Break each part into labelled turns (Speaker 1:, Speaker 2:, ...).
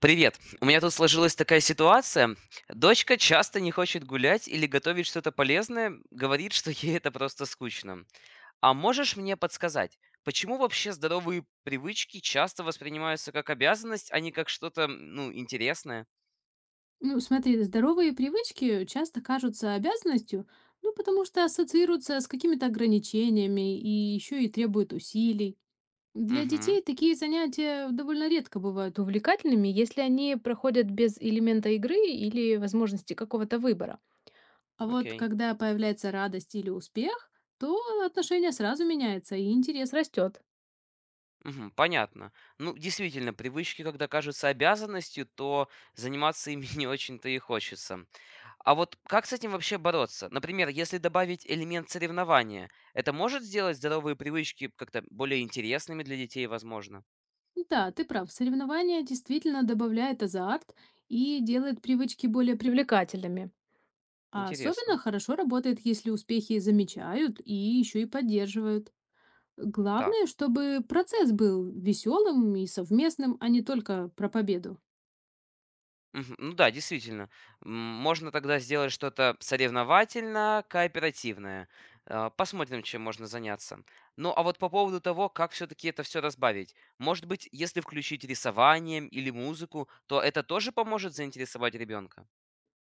Speaker 1: Привет. У меня тут сложилась такая ситуация. Дочка часто не хочет гулять или готовить что-то полезное, говорит, что ей это просто скучно. А можешь мне подсказать, почему вообще здоровые привычки часто воспринимаются как обязанность, а не как что-то, ну, интересное?
Speaker 2: Ну, смотри, здоровые привычки часто кажутся обязанностью, ну, потому что ассоциируются с какими-то ограничениями и еще и требуют усилий. Для
Speaker 1: Угу,
Speaker 2: детей такие занятия довольно редко бывают увлекательными, если они проходят без элемента игры или возможности какого-то выбора. А вот
Speaker 1: окей.
Speaker 2: когда появляется радость или успех, то отношение сразу меняется и интерес растет.
Speaker 1: Мгм, понятно. Ну, действительно, привычки, когда кажутся обязанностью, то заниматься ими не очень-то и хочется. А вот как с этим вообще бороться? Например, если добавить элемент соревнования, это может сделать здоровые привычки как-то более интересными для детей, возможно?
Speaker 2: Да, ты прав, соревнования действительно добавляет азарт и делает привычки более привлекательными. А
Speaker 1: Интересно.
Speaker 2: особенно хорошо работает, если успехи замечают и еще и поддерживают. Главное,
Speaker 1: Так.
Speaker 2: чтобы процесс был веселым и совместным, а не только про победу.
Speaker 1: Мгм. Ну да, действительно. М, Можно тогда сделать что-то соревновательно-кооперативное. Посмотрим, чем можно заняться. Ну а вот по поводу того, как все-таки это все разбавить. Может быть, если включить рисование или музыку, то это тоже поможет заинтересовать ребенка?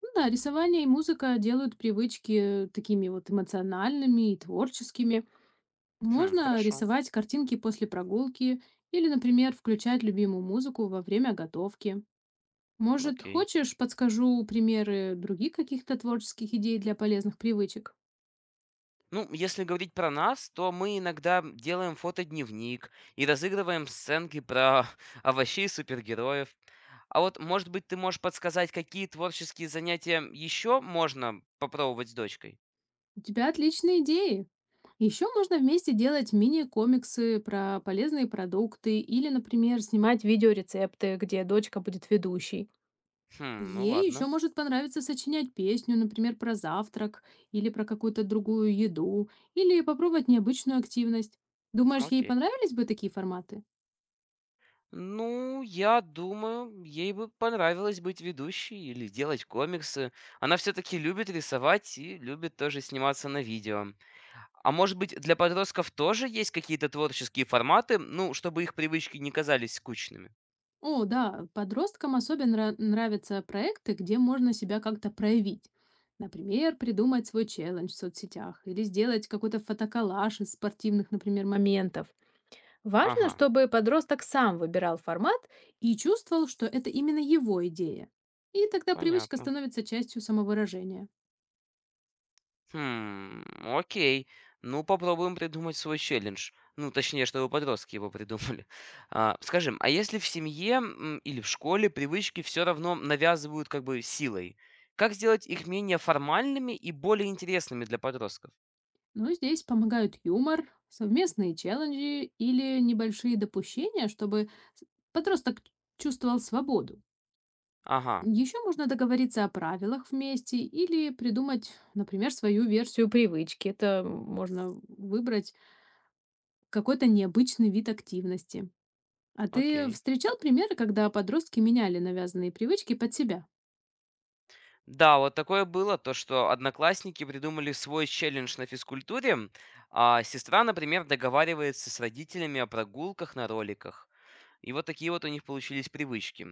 Speaker 2: Ну да, рисование и музыка делают привычки такими вот эмоциональными и творческими.
Speaker 1: Хм,
Speaker 2: Можно
Speaker 1: хорошо.
Speaker 2: рисовать картинки после прогулки или, например, включать любимую музыку во время готовки. Может,
Speaker 1: Окей.
Speaker 2: хочешь, подскажу примеры других каких-то творческих идей для полезных привычек?
Speaker 1: Ну, если говорить про нас, то мы иногда делаем фотодневник и разыгрываем сценки про овощей и супергероев. А вот, может быть, ты можешь подсказать, какие творческие занятия еще можно попробовать с дочкой?
Speaker 2: У тебя отличные идеи. Еще можно вместе делать мини-комиксы про полезные продукты или, например, снимать видеорецепты, где дочка будет ведущей.
Speaker 1: Хм, ну
Speaker 2: Ей
Speaker 1: ладно,
Speaker 2: еще может понравиться сочинять песню, например, про завтрак или про какую-то другую еду, или попробовать необычную активность. Думаешь, ей
Speaker 1: окей.
Speaker 2: понравились бы такие форматы?
Speaker 1: Ну, я думаю, ей бы понравилось быть ведущей или делать комиксы. Она все-таки любит рисовать и любит тоже сниматься на видео. А может быть, для подростков тоже есть какие-то творческие форматы, ну, чтобы их привычки не казались скучными?
Speaker 2: О, да, подросткам особенно нравятся проекты, где можно себя как-то проявить. Например, придумать свой челлендж в соцсетях или сделать какой-то фотоколлаж из спортивных, например, моментов. Важно,
Speaker 1: Ага,
Speaker 2: чтобы подросток сам выбирал формат и чувствовал, что это именно его идея. И тогда привычка
Speaker 1: понятно.
Speaker 2: становится частью самовыражения.
Speaker 1: Хм, окей. Ну, попробуем придумать свой челлендж. Ну, точнее, чтобы подростки его придумали. А, скажем, а если в семье или в школе привычки все равно навязывают как бы силой, как сделать их менее формальными и более интересными для подростков?
Speaker 2: Но здесь помогают юмор, совместные челленджи или небольшие допущения, чтобы с- подросток чувствовал свободу.
Speaker 1: Ага,
Speaker 2: Еще можно договориться о правилах вместе или придумать, например, свою версию привычки. Это можно выбрать какой-то необычный вид активности. А ты
Speaker 1: окей.
Speaker 2: встречал примеры, когда подростки меняли навязанные привычки под себя?
Speaker 1: Да, вот такое было, то, что одноклассники придумали свой челлендж на физкультуре, а сестра, например, договаривается с родителями о прогулках на роликах. И вот такие вот у них получились привычки.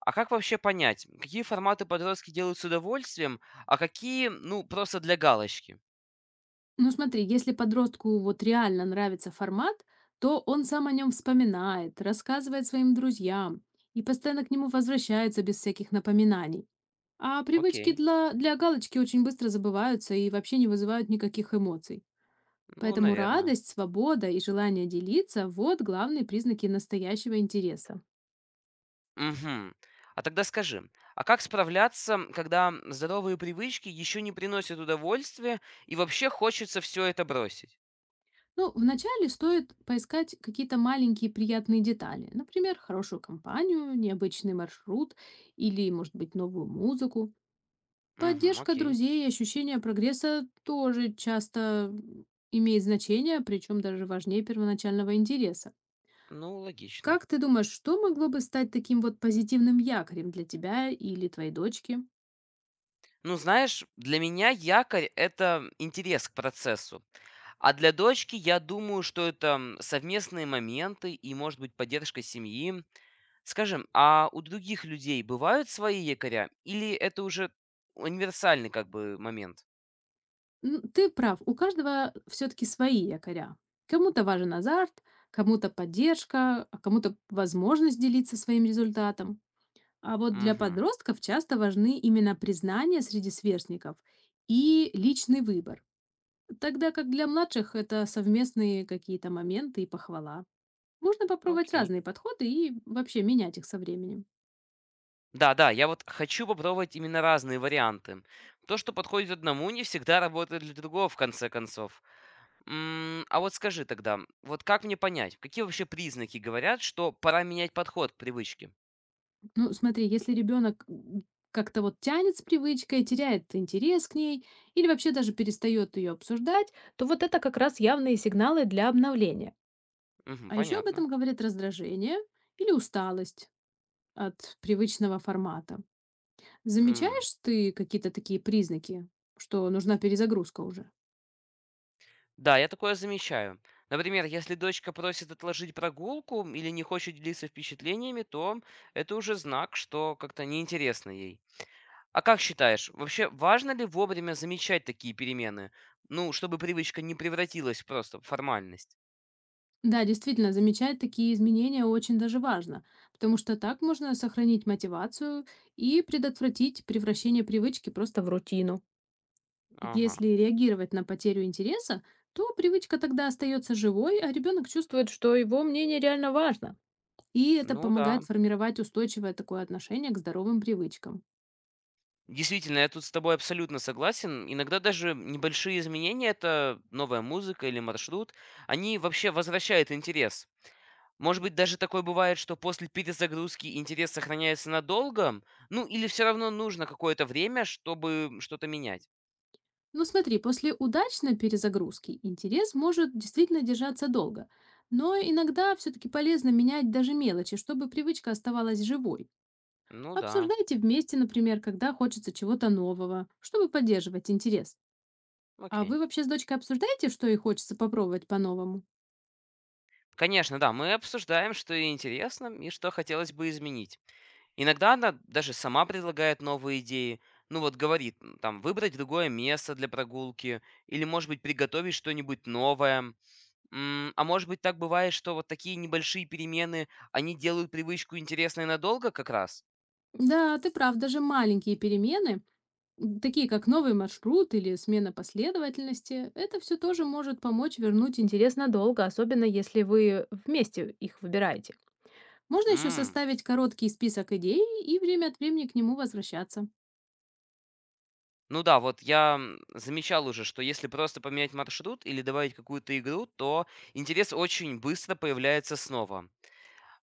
Speaker 1: А как вообще понять, какие форматы подростки делают с удовольствием, а какие, ну, просто для галочки?
Speaker 2: Ну смотри, если подростку вот реально нравится формат, то он сам о нем вспоминает, рассказывает своим друзьям и постоянно к нему возвращается без всяких напоминаний. А привычки
Speaker 1: Окей,
Speaker 2: для галочки очень быстро забываются и вообще не вызывают никаких эмоций.
Speaker 1: ну,
Speaker 2: Поэтому
Speaker 1: наверное.
Speaker 2: радость, свобода и желание делиться – вот главные признаки настоящего интереса.
Speaker 1: Угу. А тогда скажи, а как справляться, когда здоровые привычки еще не приносят удовольствия и вообще хочется все это бросить?
Speaker 2: Ну, вначале стоит поискать какие-то маленькие приятные детали. Например, хорошую компанию, необычный маршрут или, может быть, новую музыку.
Speaker 1: Угу,
Speaker 2: Поддержка
Speaker 1: окей.
Speaker 2: друзей и ощущение прогресса тоже часто имеет значение, причем даже важнее первоначального интереса.
Speaker 1: Ну, логично.
Speaker 2: Как ты думаешь, что могло бы стать таким вот позитивным якорем для тебя или твоей дочки?
Speaker 1: Ну, знаешь, для меня якорь– это интерес к процессу. А для дочки я думаю, что это совместные моменты и, может быть, поддержка семьи. Скажем, а у других людей бывают свои якоря? Или это уже универсальный как бы момент?
Speaker 2: Ну, ты прав, у каждого все-таки свои якоря. Кому-то важен азарт, кому-то поддержка, а кому-то возможность делиться своим результатом. А вот для
Speaker 1: Угу,
Speaker 2: подростков часто важны именно признание среди сверстников и личный выбор. Тогда как для младших это совместные какие-то моменты и похвала. Можно попробовать
Speaker 1: окей.
Speaker 2: разные подходы и вообще менять их со временем.
Speaker 1: Да-да, я вот хочу попробовать именно разные варианты. То, что подходит одному, не всегда работает для другого, в конце концов. А вот скажи тогда, вот как мне понять, какие вообще признаки говорят, что пора менять подход к привычке?
Speaker 2: Ну, смотри, если ребенок как-то вот тянет с привычкой, теряет интерес к ней или вообще даже перестает ее обсуждать, то вот это как раз явные сигналы для обновления.
Speaker 1: Мгм,
Speaker 2: А еще об
Speaker 1: понятно.
Speaker 2: этом говорит раздражение или усталость от привычного формата.
Speaker 1: М.
Speaker 2: Замечаешь ты какие-то такие признаки, что нужна перезагрузка уже?
Speaker 1: Да, я такое замечаю. Например, если дочка просит отложить прогулку или не хочет делиться впечатлениями, то это уже знак, что как-то неинтересно ей. А как считаешь, вообще важно ли вовремя замечать такие перемены? Ну, чтобы привычка не превратилась просто в формальность.
Speaker 2: Да, действительно, замечать такие изменения очень даже важно, потому что так можно сохранить мотивацию и предотвратить превращение привычки просто в рутину.
Speaker 1: Ага.
Speaker 2: Если реагировать на потерю интереса, то привычка тогда остается живой, а ребенок чувствует, что его мнение реально важно. И это
Speaker 1: Ну да.
Speaker 2: помогает формировать устойчивое такое отношение к здоровым привычкам.
Speaker 1: Действительно, я тут с тобой абсолютно согласен. Иногда даже небольшие изменения, это новая музыка или маршрут, они вообще возвращают интерес. Может быть, даже такое бывает, что после перезагрузки интерес сохраняется надолго, ну или все равно нужно какое-то время, чтобы что-то менять.
Speaker 2: Ну смотри, после удачной перезагрузки интерес может действительно держаться долго, но иногда все-таки полезно менять даже мелочи, чтобы привычка оставалась живой.
Speaker 1: Ну да,
Speaker 2: Обсуждайте вместе, например, когда хочется чего-то нового, чтобы поддерживать интерес. А вы
Speaker 1: окей.
Speaker 2: вообще с дочкой обсуждаете, что ей хочется попробовать по-новому?
Speaker 1: Конечно, да, мы обсуждаем, что интересно и что хотелось бы изменить. Иногда она даже сама предлагает новые идеи. Ну вот говорит, там, выбрать другое место для прогулки, или, может быть, приготовить что-нибудь новое. А может быть, так бывает, что вот такие небольшие перемены, они делают привычку интересной надолго как раз?
Speaker 2: Да, ты прав, даже маленькие перемены, такие как новый маршрут или смена последовательности, это все тоже может помочь вернуть интерес надолго, особенно если вы вместе их выбираете. Можно еще
Speaker 1: М,
Speaker 2: составить короткий список идей и время от времени к нему возвращаться.
Speaker 1: Ну да, вот я замечал уже, что если просто поменять маршрут или добавить какую-то игру, то интерес очень быстро появляется снова.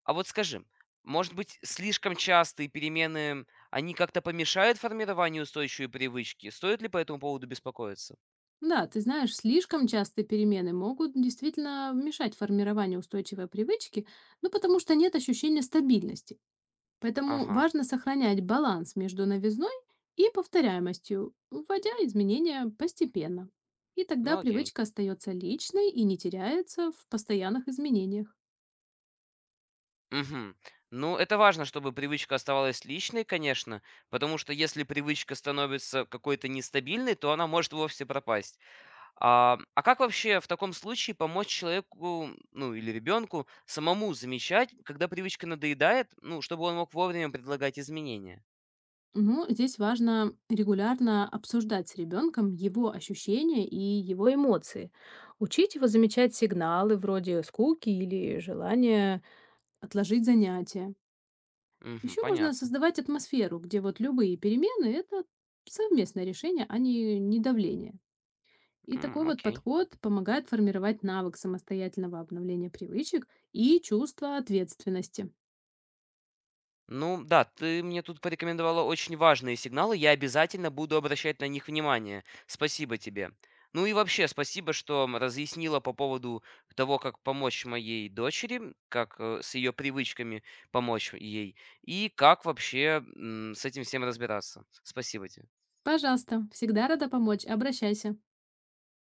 Speaker 1: А вот скажи, может быть, слишком частые перемены, они как-то помешают формированию устойчивой привычки? Стоит ли по этому поводу беспокоиться?
Speaker 2: Да, ты знаешь, слишком частые перемены могут действительно мешать формированию устойчивой привычки, ну потому что нет ощущения стабильности. Поэтому
Speaker 1: Ага,
Speaker 2: важно сохранять баланс между новизной и повторяемостью, вводя изменения постепенно. И
Speaker 1: ну
Speaker 2: тогда
Speaker 1: окей.
Speaker 2: привычка остается личной и не теряется в постоянных изменениях.
Speaker 1: Мгм. Ну, это важно, чтобы привычка оставалась личной, конечно, потому что если привычка становится какой-то нестабильной, то она может вовсе пропасть. А как вообще в таком случае помочь человеку, ну, или ребенку самому замечать, когда привычка надоедает, ну, чтобы он мог вовремя предлагать изменения?
Speaker 2: Ну, здесь важно регулярно обсуждать с ребенком его ощущения и его эмоции. Учить его замечать сигналы вроде скуки или желания отложить занятия.
Speaker 1: Мгм,
Speaker 2: Еще можно
Speaker 1: понятно.
Speaker 2: создавать атмосферу, где вот любые перемены — это совместное решение, а не давление. И такой
Speaker 1: М,
Speaker 2: вот
Speaker 1: окей.
Speaker 2: подход помогает формировать навык самостоятельного обновления привычек и чувство ответственности.
Speaker 1: Ну да, ты мне тут порекомендовала очень важные сигналы, я обязательно буду обращать на них внимание. Спасибо тебе. Ну и вообще, спасибо, что разъяснила по поводу того, как помочь моей дочери, как с ее привычками помочь ей, и как вообще с этим всем разбираться. Спасибо тебе.
Speaker 2: Пожалуйста, всегда рада помочь, обращайся.